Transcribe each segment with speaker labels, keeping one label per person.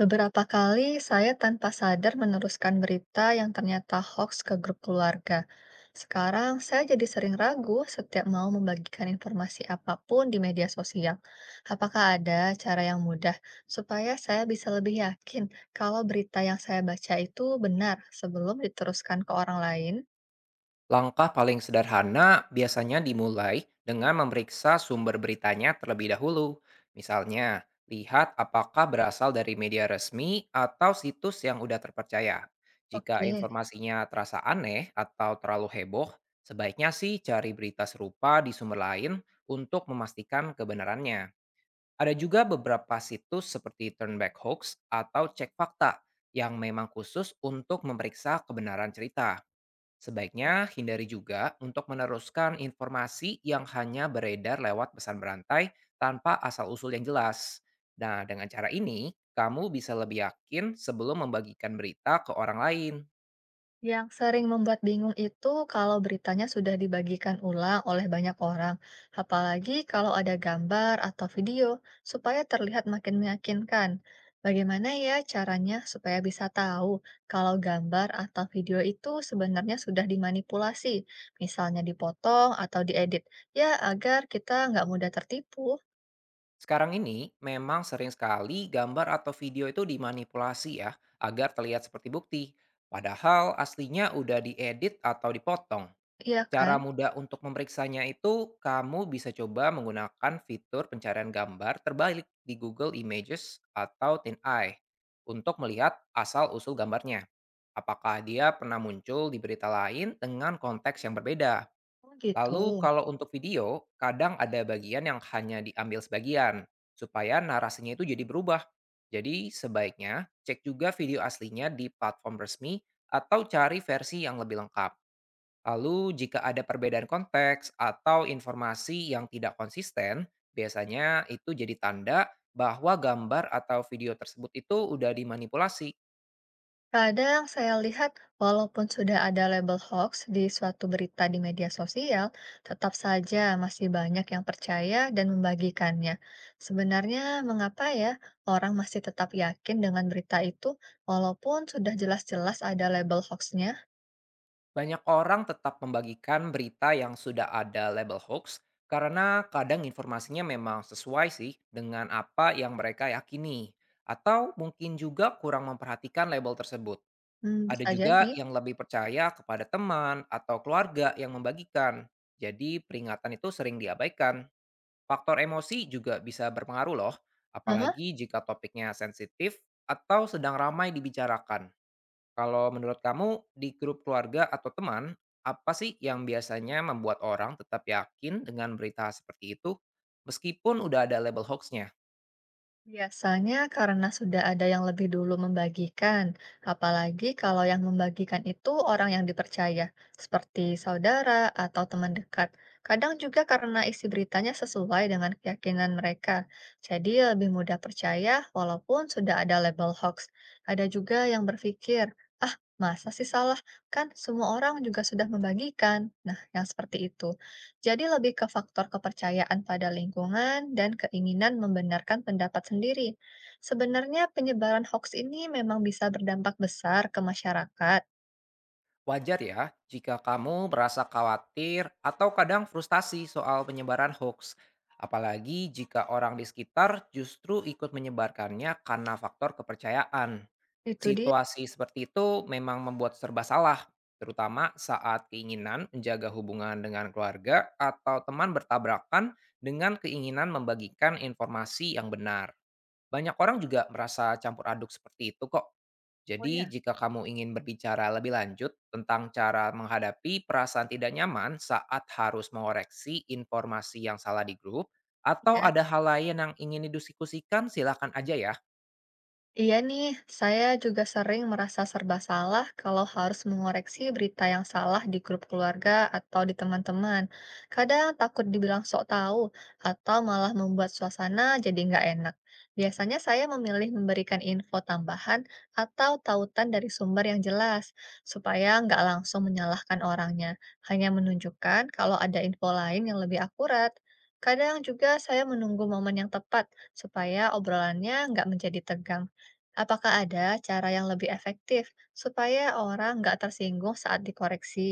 Speaker 1: Beberapa kali saya tanpa sadar meneruskan berita yang ternyata hoax ke grup keluarga. Sekarang saya jadi sering ragu setiap mau membagikan informasi apapun di media sosial. Apakah ada cara yang mudah supaya saya bisa lebih yakin kalau berita yang saya baca itu benar sebelum diteruskan ke orang lain?
Speaker 2: Langkah paling sederhana biasanya dimulai dengan memeriksa sumber beritanya terlebih dahulu. Misalnya, lihat apakah berasal dari media resmi atau situs yang udah terpercaya. Jika
Speaker 1: Oke.
Speaker 2: informasinya terasa aneh atau terlalu heboh, sebaiknya sih cari berita serupa di sumber lain untuk memastikan kebenarannya. Ada juga beberapa situs seperti Turnback Hoax atau Cek Fakta yang memang khusus untuk memeriksa kebenaran cerita. Sebaiknya hindari juga untuk meneruskan informasi yang hanya beredar lewat pesan berantai tanpa asal-usul yang jelas. Nah, dengan cara ini, kamu bisa lebih yakin sebelum membagikan berita ke orang lain.
Speaker 1: Yang sering membuat bingung itu kalau beritanya sudah dibagikan ulang oleh banyak orang, apalagi kalau ada gambar atau video, supaya terlihat makin meyakinkan. Bagaimana ya caranya supaya bisa tahu kalau gambar atau video itu sebenarnya sudah dimanipulasi, misalnya dipotong atau diedit, ya agar kita nggak mudah tertipu,
Speaker 2: Sekarang ini, memang sering sekali gambar atau video itu dimanipulasi ya, agar terlihat seperti bukti. Padahal aslinya udah diedit atau dipotong.
Speaker 1: iya
Speaker 2: Cara
Speaker 1: kan?
Speaker 2: mudah untuk memeriksanya itu, kamu bisa coba menggunakan fitur pencarian gambar terbalik di Google Images atau TinEye untuk melihat asal-usul gambarnya. Apakah dia pernah muncul di berita lain dengan konteks yang berbeda?
Speaker 1: Oh gitu.
Speaker 2: Lalu kalau untuk video, kadang ada bagian yang hanya diambil sebagian, supaya narasinya itu jadi berubah. Jadi sebaiknya cek juga video aslinya di platform resmi atau cari versi yang lebih lengkap. Lalu, jika ada perbedaan konteks atau informasi yang tidak konsisten, biasanya itu jadi tanda bahwa gambar atau video tersebut itu udah dimanipulasi.
Speaker 1: Kadang saya lihat, walaupun sudah ada label hoax di suatu berita di media sosial, tetap saja masih banyak yang percaya dan membagikannya. Sebenarnya, mengapa ya orang masih tetap yakin dengan berita itu, walaupun sudah jelas-jelas ada label hoaxnya?
Speaker 2: Banyak orang tetap membagikan berita yang sudah ada label hoax karena kadang informasinya memang sesuai sih dengan apa yang mereka yakini. Atau mungkin juga kurang memperhatikan label tersebut.
Speaker 1: Hmm,
Speaker 2: Ada
Speaker 1: bisa
Speaker 2: juga
Speaker 1: jadi.
Speaker 2: yang lebih percaya kepada teman atau keluarga yang membagikan. Jadi peringatan itu sering diabaikan. Faktor emosi juga bisa berpengaruh loh,
Speaker 1: Aha.
Speaker 2: apalagi jika topiknya sensitif atau sedang ramai dibicarakan. Kalau menurut kamu, di grup keluarga atau teman, apa sih yang biasanya membuat orang tetap yakin dengan berita seperti itu, meskipun udah ada label hoaxnya?
Speaker 1: Biasanya karena sudah ada yang lebih dulu membagikan, apalagi kalau yang membagikan itu orang yang dipercaya, seperti saudara atau teman dekat. Kadang juga karena isi beritanya sesuai dengan keyakinan mereka, jadi lebih mudah percaya walaupun sudah ada label hoax. Ada juga yang berpikir, ah masa sih salah, kan semua orang juga sudah membagikan. Nah, yang seperti itu. Jadi lebih ke faktor kepercayaan pada lingkungan dan keinginan membenarkan pendapat sendiri. Sebenarnya penyebaran hoax ini memang bisa berdampak besar ke masyarakat.
Speaker 2: Wajar ya jika kamu merasa khawatir atau kadang frustasi soal penyebaran hoax, apalagi jika orang di sekitar justru ikut menyebarkannya karena faktor kepercayaan.
Speaker 1: Itu dia.
Speaker 2: Situasi seperti itu memang membuat serba salah, terutama saat keinginan menjaga hubungan dengan keluarga atau teman bertabrakan dengan keinginan membagikan informasi yang benar. Banyak orang juga merasa campur aduk seperti itu kok.
Speaker 1: Oh
Speaker 2: Jadi,
Speaker 1: ya.
Speaker 2: jika kamu ingin berbicara lebih lanjut tentang cara menghadapi perasaan tidak nyaman saat harus mengoreksi informasi yang salah di grup,
Speaker 1: Ya.
Speaker 2: atau ada hal lain yang ingin didiskusikan, silakan aja ya.
Speaker 1: Iya nih, saya juga sering merasa serba salah kalau harus mengoreksi berita yang salah di grup keluarga atau di teman-teman. Kadang takut dibilang sok tahu atau malah membuat suasana jadi nggak enak. Biasanya saya memilih memberikan info tambahan atau tautan dari sumber yang jelas, supaya nggak langsung menyalahkan orangnya, hanya menunjukkan kalau ada info lain yang lebih akurat. Kadang juga saya menunggu momen yang tepat supaya obrolannya nggak menjadi tegang. Apakah ada cara yang lebih efektif supaya orang nggak tersinggung saat dikoreksi?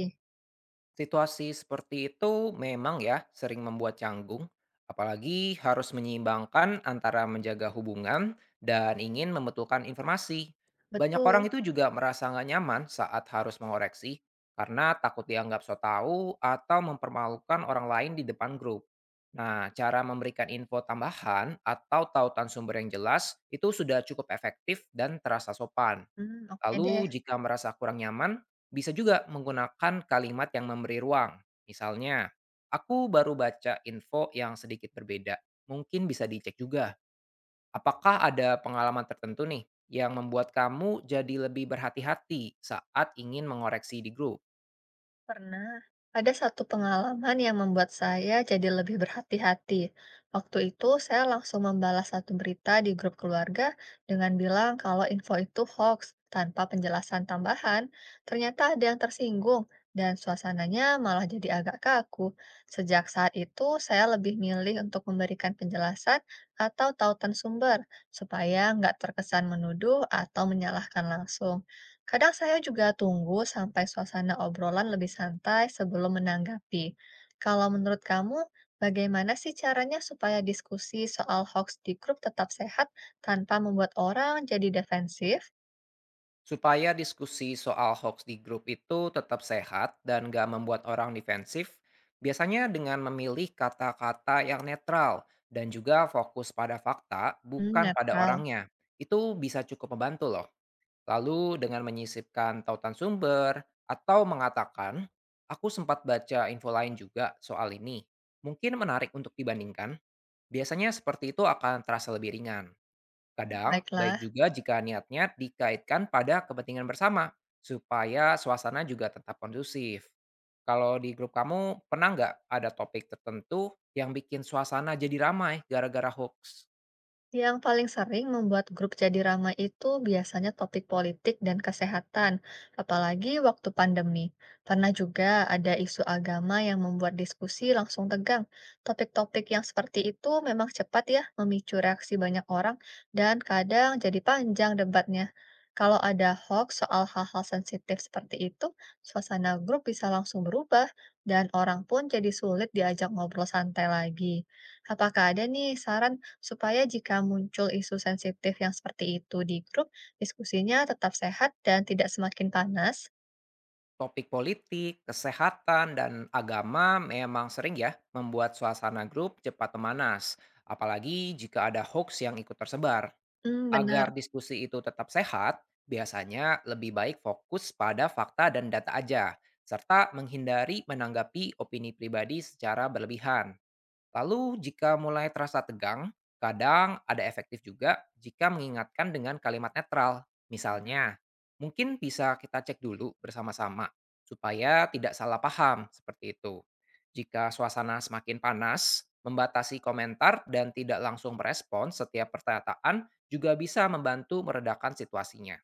Speaker 2: Situasi seperti itu memang ya sering membuat canggung, apalagi harus menyeimbangkan antara menjaga hubungan dan ingin membetulkan informasi. Banyak
Speaker 1: Betul.
Speaker 2: orang itu juga merasa nggak nyaman saat harus mengoreksi karena takut dianggap so tahu atau mempermalukan orang lain di depan grup. Nah, cara memberikan info tambahan atau tautan sumber yang jelas itu sudah cukup efektif dan terasa sopan.
Speaker 1: Mmm, oke deh.
Speaker 2: Lalu jika merasa kurang nyaman, bisa juga menggunakan kalimat yang memberi ruang. Misalnya, aku baru baca info yang sedikit berbeda. Mungkin bisa dicek juga. Apakah ada pengalaman tertentu nih yang membuat kamu jadi lebih berhati-hati saat ingin mengoreksi di grup?
Speaker 1: Pernah, ada satu pengalaman yang membuat saya jadi lebih berhati-hati. Waktu itu, saya langsung membalas satu berita di grup keluarga dengan bilang kalau info itu hoax tanpa penjelasan tambahan. Ternyata ada yang tersinggung, dan suasananya malah jadi agak kaku. Sejak saat itu, saya lebih milih untuk memberikan penjelasan atau tautan sumber supaya nggak terkesan menuduh atau menyalahkan langsung. Kadang saya juga tunggu sampai suasana obrolan lebih santai sebelum menanggapi. Kalau menurut kamu, bagaimana sih caranya supaya diskusi soal hoax di grup tetap sehat tanpa membuat orang jadi defensif?
Speaker 2: Supaya diskusi soal hoax di grup itu tetap sehat dan gak membuat orang defensif, biasanya dengan memilih kata-kata yang netral dan juga fokus pada fakta,
Speaker 1: Hmm,
Speaker 2: bukan pada
Speaker 1: netral.
Speaker 2: orangnya. Itu bisa cukup membantu loh. Lalu dengan menyisipkan tautan sumber atau mengatakan, aku sempat baca info lain juga soal ini. Mungkin menarik untuk dibandingkan. Biasanya seperti itu akan terasa lebih ringan.
Speaker 1: Hmm,
Speaker 2: Kadang, baik
Speaker 1: baiklah.
Speaker 2: juga jika niatnya dikaitkan pada kepentingan bersama, supaya suasana juga tetap kondusif. Kalau di grup kamu, pernah nggak ada topik tertentu yang bikin suasana jadi ramai gara-gara hoax?
Speaker 1: Yang paling sering membuat grup jadi ramai itu biasanya topik politik dan kesehatan, apalagi waktu pandemi. Pernah juga ada isu agama yang membuat diskusi langsung tegang. Topik-topik yang seperti itu memang cepat ya memicu reaksi banyak orang dan kadang jadi panjang debatnya. Kalau ada hoax soal hal-hal sensitif seperti itu, suasana grup bisa langsung berubah dan orang pun jadi sulit diajak ngobrol santai lagi. Apakah ada nih saran supaya jika muncul isu sensitif yang seperti itu di grup, diskusinya tetap sehat dan tidak semakin panas?
Speaker 2: Topik politik, kesehatan, dan agama memang sering ya membuat suasana grup cepat memanas, apalagi jika ada hoax yang ikut tersebar.
Speaker 1: Hmm,
Speaker 2: Agar
Speaker 1: benar.
Speaker 2: diskusi itu tetap sehat, biasanya lebih baik fokus pada fakta dan data aja, serta menghindari menanggapi opini pribadi secara berlebihan. Lalu jika mulai terasa tegang, kadang ada efektif juga jika mengingatkan dengan kalimat netral. Misalnya, mungkin bisa kita cek dulu bersama-sama supaya tidak salah paham seperti itu. Jika suasana semakin panas, membatasi komentar dan tidak langsung merespon setiap perkataan juga bisa membantu meredakan situasinya.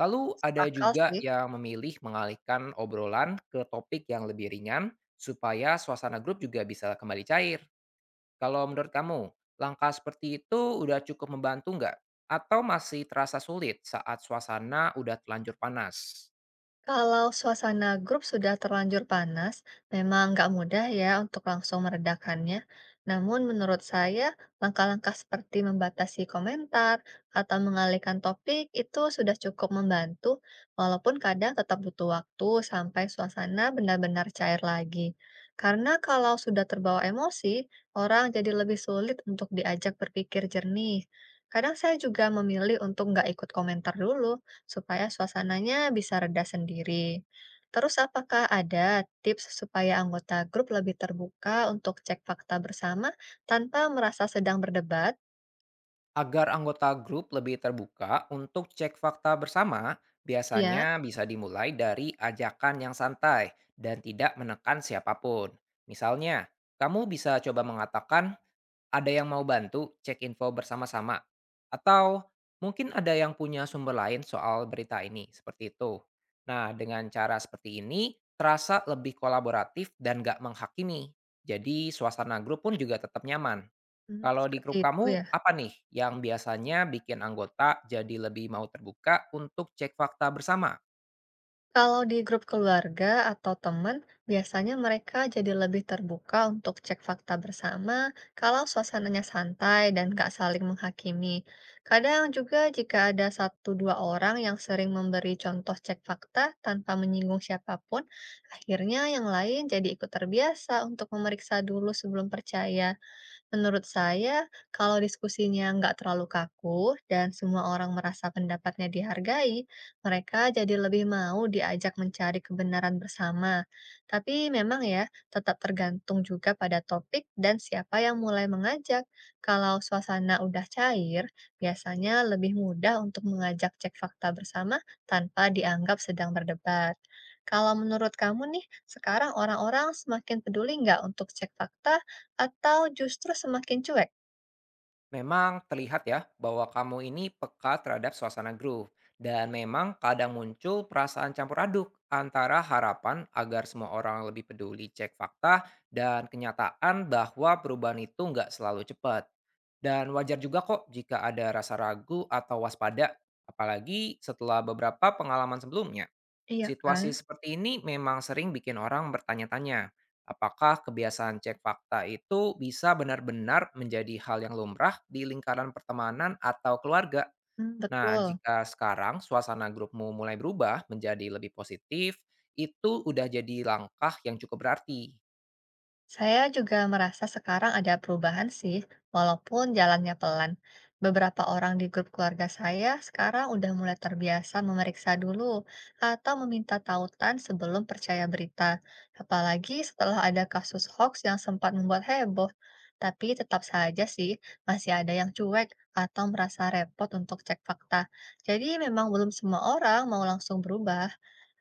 Speaker 2: Lalu
Speaker 1: Masuk
Speaker 2: ada
Speaker 1: akal
Speaker 2: juga
Speaker 1: sih.
Speaker 2: yang memilih mengalihkan obrolan ke topik yang lebih ringan supaya suasana grup juga bisa kembali cair. Kalau menurut kamu, langkah seperti itu udah cukup membantu nggak? Atau masih terasa sulit saat suasana udah terlanjur panas?
Speaker 1: Kalau suasana grup sudah terlanjur panas, memang nggak mudah ya untuk langsung meredakannya. Namun menurut saya, langkah-langkah seperti membatasi komentar atau mengalihkan topik itu sudah cukup membantu, walaupun kadang tetap butuh waktu sampai suasana benar-benar cair lagi. Karena kalau sudah terbawa emosi, orang jadi lebih sulit untuk diajak berpikir jernih. Kadang saya juga memilih untuk nggak ikut komentar dulu supaya suasananya bisa reda sendiri. Terus apakah ada tips supaya anggota grup lebih terbuka untuk cek fakta bersama tanpa merasa sedang berdebat?
Speaker 2: Agar anggota grup lebih terbuka untuk cek fakta bersama,
Speaker 1: Iya,
Speaker 2: biasanya bisa dimulai dari ajakan yang santai dan tidak menekan siapapun. Misalnya, kamu bisa coba mengatakan, ada yang mau bantu cek info bersama-sama? Atau mungkin ada yang punya sumber lain soal berita ini, seperti itu. Nah, dengan cara seperti ini, terasa lebih kolaboratif dan gak menghakimi. Jadi, suasana grup pun juga tetap nyaman.
Speaker 1: mhm,
Speaker 2: Kalau di
Speaker 1: seperti
Speaker 2: grup
Speaker 1: itu
Speaker 2: kamu,
Speaker 1: ya.
Speaker 2: apa nih yang biasanya bikin anggota jadi lebih mau terbuka untuk cek fakta bersama?
Speaker 1: Kalau di grup keluarga atau teman, biasanya mereka jadi lebih terbuka untuk cek fakta bersama kalau suasananya santai dan gak saling menghakimi. Kadang juga jika ada satu dua orang yang sering memberi contoh cek fakta tanpa menyinggung siapapun, akhirnya yang lain jadi ikut terbiasa untuk memeriksa dulu sebelum percaya. Menurut saya, kalau diskusinya nggak terlalu kaku dan semua orang merasa pendapatnya dihargai, mereka jadi lebih mau diajak mencari kebenaran bersama. Tapi memang ya, tetap tergantung juga pada topik dan siapa yang mulai mengajak. Kalau suasana udah cair, biasanya lebih mudah untuk mengajak cek fakta bersama tanpa dianggap sedang berdebat. Kalau menurut kamu nih, sekarang orang-orang semakin peduli nggak untuk cek fakta atau justru semakin cuek?
Speaker 2: Memang terlihat ya bahwa kamu ini peka terhadap suasana grup dan memang kadang muncul perasaan campur aduk antara harapan agar semua orang lebih peduli cek fakta dan kenyataan bahwa perubahan itu nggak selalu cepat. Dan wajar juga kok jika ada rasa ragu atau waspada, apalagi setelah beberapa pengalaman sebelumnya.
Speaker 1: Iya
Speaker 2: Situasi
Speaker 1: kan?
Speaker 2: seperti ini memang sering bikin orang bertanya-tanya, apakah kebiasaan cek fakta itu bisa benar-benar menjadi hal yang lumrah di lingkaran pertemanan atau keluarga.
Speaker 1: Hmm.
Speaker 2: Nah,
Speaker 1: Betul,
Speaker 2: jika sekarang suasana grupmu mulai berubah menjadi lebih positif, itu udah jadi langkah yang cukup berarti.
Speaker 1: saya juga merasa sekarang ada perubahan sih, walaupun jalannya pelan. Beberapa orang di grup keluarga saya sekarang udah mulai terbiasa memeriksa dulu atau meminta tautan sebelum percaya berita, apalagi setelah ada kasus hoax yang sempat membuat heboh. Tapi tetap saja sih, masih ada yang cuek atau merasa repot untuk cek fakta. Jadi memang belum semua orang mau langsung berubah.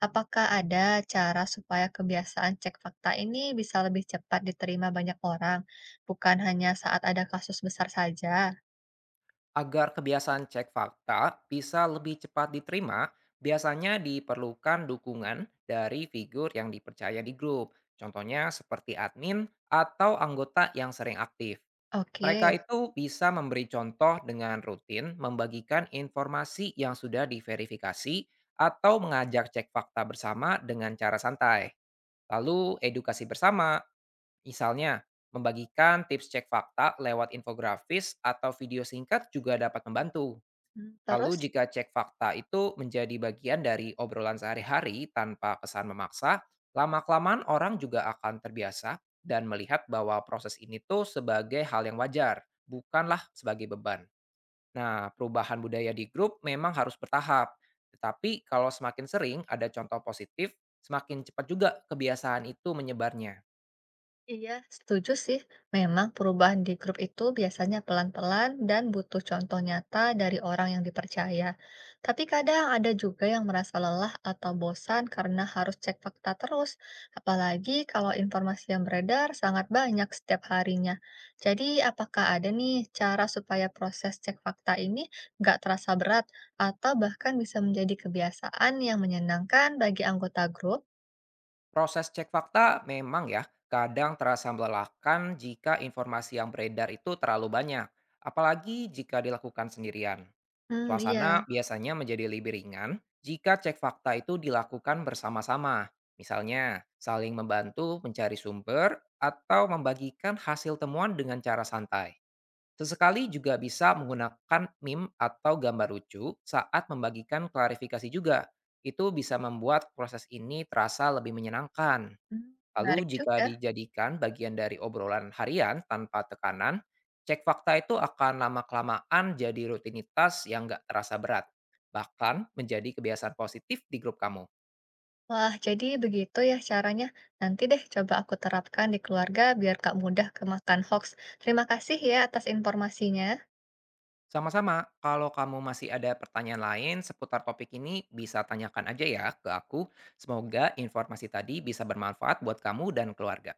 Speaker 1: Apakah ada cara supaya kebiasaan cek fakta ini bisa lebih cepat diterima banyak orang, bukan hanya saat ada kasus besar saja?
Speaker 2: Agar kebiasaan cek fakta bisa lebih cepat diterima, biasanya diperlukan dukungan dari figur yang dipercaya di grup. Contohnya seperti admin atau anggota yang sering aktif.
Speaker 1: Oke,
Speaker 2: Mereka itu bisa memberi contoh dengan rutin membagikan informasi yang sudah diverifikasi atau mengajak cek fakta bersama dengan cara santai. Lalu edukasi bersama. Misalnya, membagikan tips cek fakta lewat infografis atau video singkat juga dapat membantu.
Speaker 1: hmm, terus?
Speaker 2: Lalu jika cek fakta itu menjadi bagian dari obrolan sehari-hari tanpa kesan memaksa, lama-kelamaan orang juga akan terbiasa dan melihat bahwa proses ini tuh sebagai hal yang wajar, bukanlah sebagai beban. Nah, perubahan budaya di grup memang harus bertahap. Tetapi kalau semakin sering ada contoh positif, semakin cepat juga kebiasaan itu menyebarnya.
Speaker 1: Iya, setuju sih. Memang perubahan di grup itu biasanya pelan-pelan dan butuh contoh nyata dari orang yang dipercaya. Tapi kadang ada juga yang merasa lelah atau bosan karena harus cek fakta terus, apalagi kalau informasi yang beredar sangat banyak setiap harinya. Jadi, apakah ada nih cara supaya proses cek fakta ini nggak terasa berat atau bahkan bisa menjadi kebiasaan yang menyenangkan bagi anggota grup?
Speaker 2: Proses cek fakta memang ya, kadang terasa melelahkan jika informasi yang beredar itu terlalu banyak, apalagi jika dilakukan sendirian.
Speaker 1: Hmm,
Speaker 2: Suasana
Speaker 1: iya.
Speaker 2: biasanya menjadi lebih ringan jika cek fakta itu dilakukan bersama-sama. Misalnya, saling membantu mencari sumber atau membagikan hasil temuan dengan cara santai. Sesekali juga bisa menggunakan meme atau gambar lucu saat membagikan klarifikasi juga. Itu bisa membuat proses ini terasa lebih menyenangkan.
Speaker 1: Hmm,
Speaker 2: Lalu
Speaker 1: menarik
Speaker 2: jika
Speaker 1: juga.
Speaker 2: dijadikan bagian dari obrolan harian tanpa tekanan, cek fakta itu akan lama-kelamaan jadi rutinitas yang nggak terasa berat. Bahkan menjadi kebiasaan positif di grup kamu.
Speaker 1: Wah, jadi begitu ya caranya. Nanti deh coba aku terapkan di keluarga biar gak mudah kemakan hoax. Terima kasih ya atas informasinya.
Speaker 2: Sama-sama, kalau kamu masih ada pertanyaan lain seputar topik ini, bisa tanyakan aja ya ke aku. Semoga informasi tadi bisa bermanfaat buat kamu dan keluarga.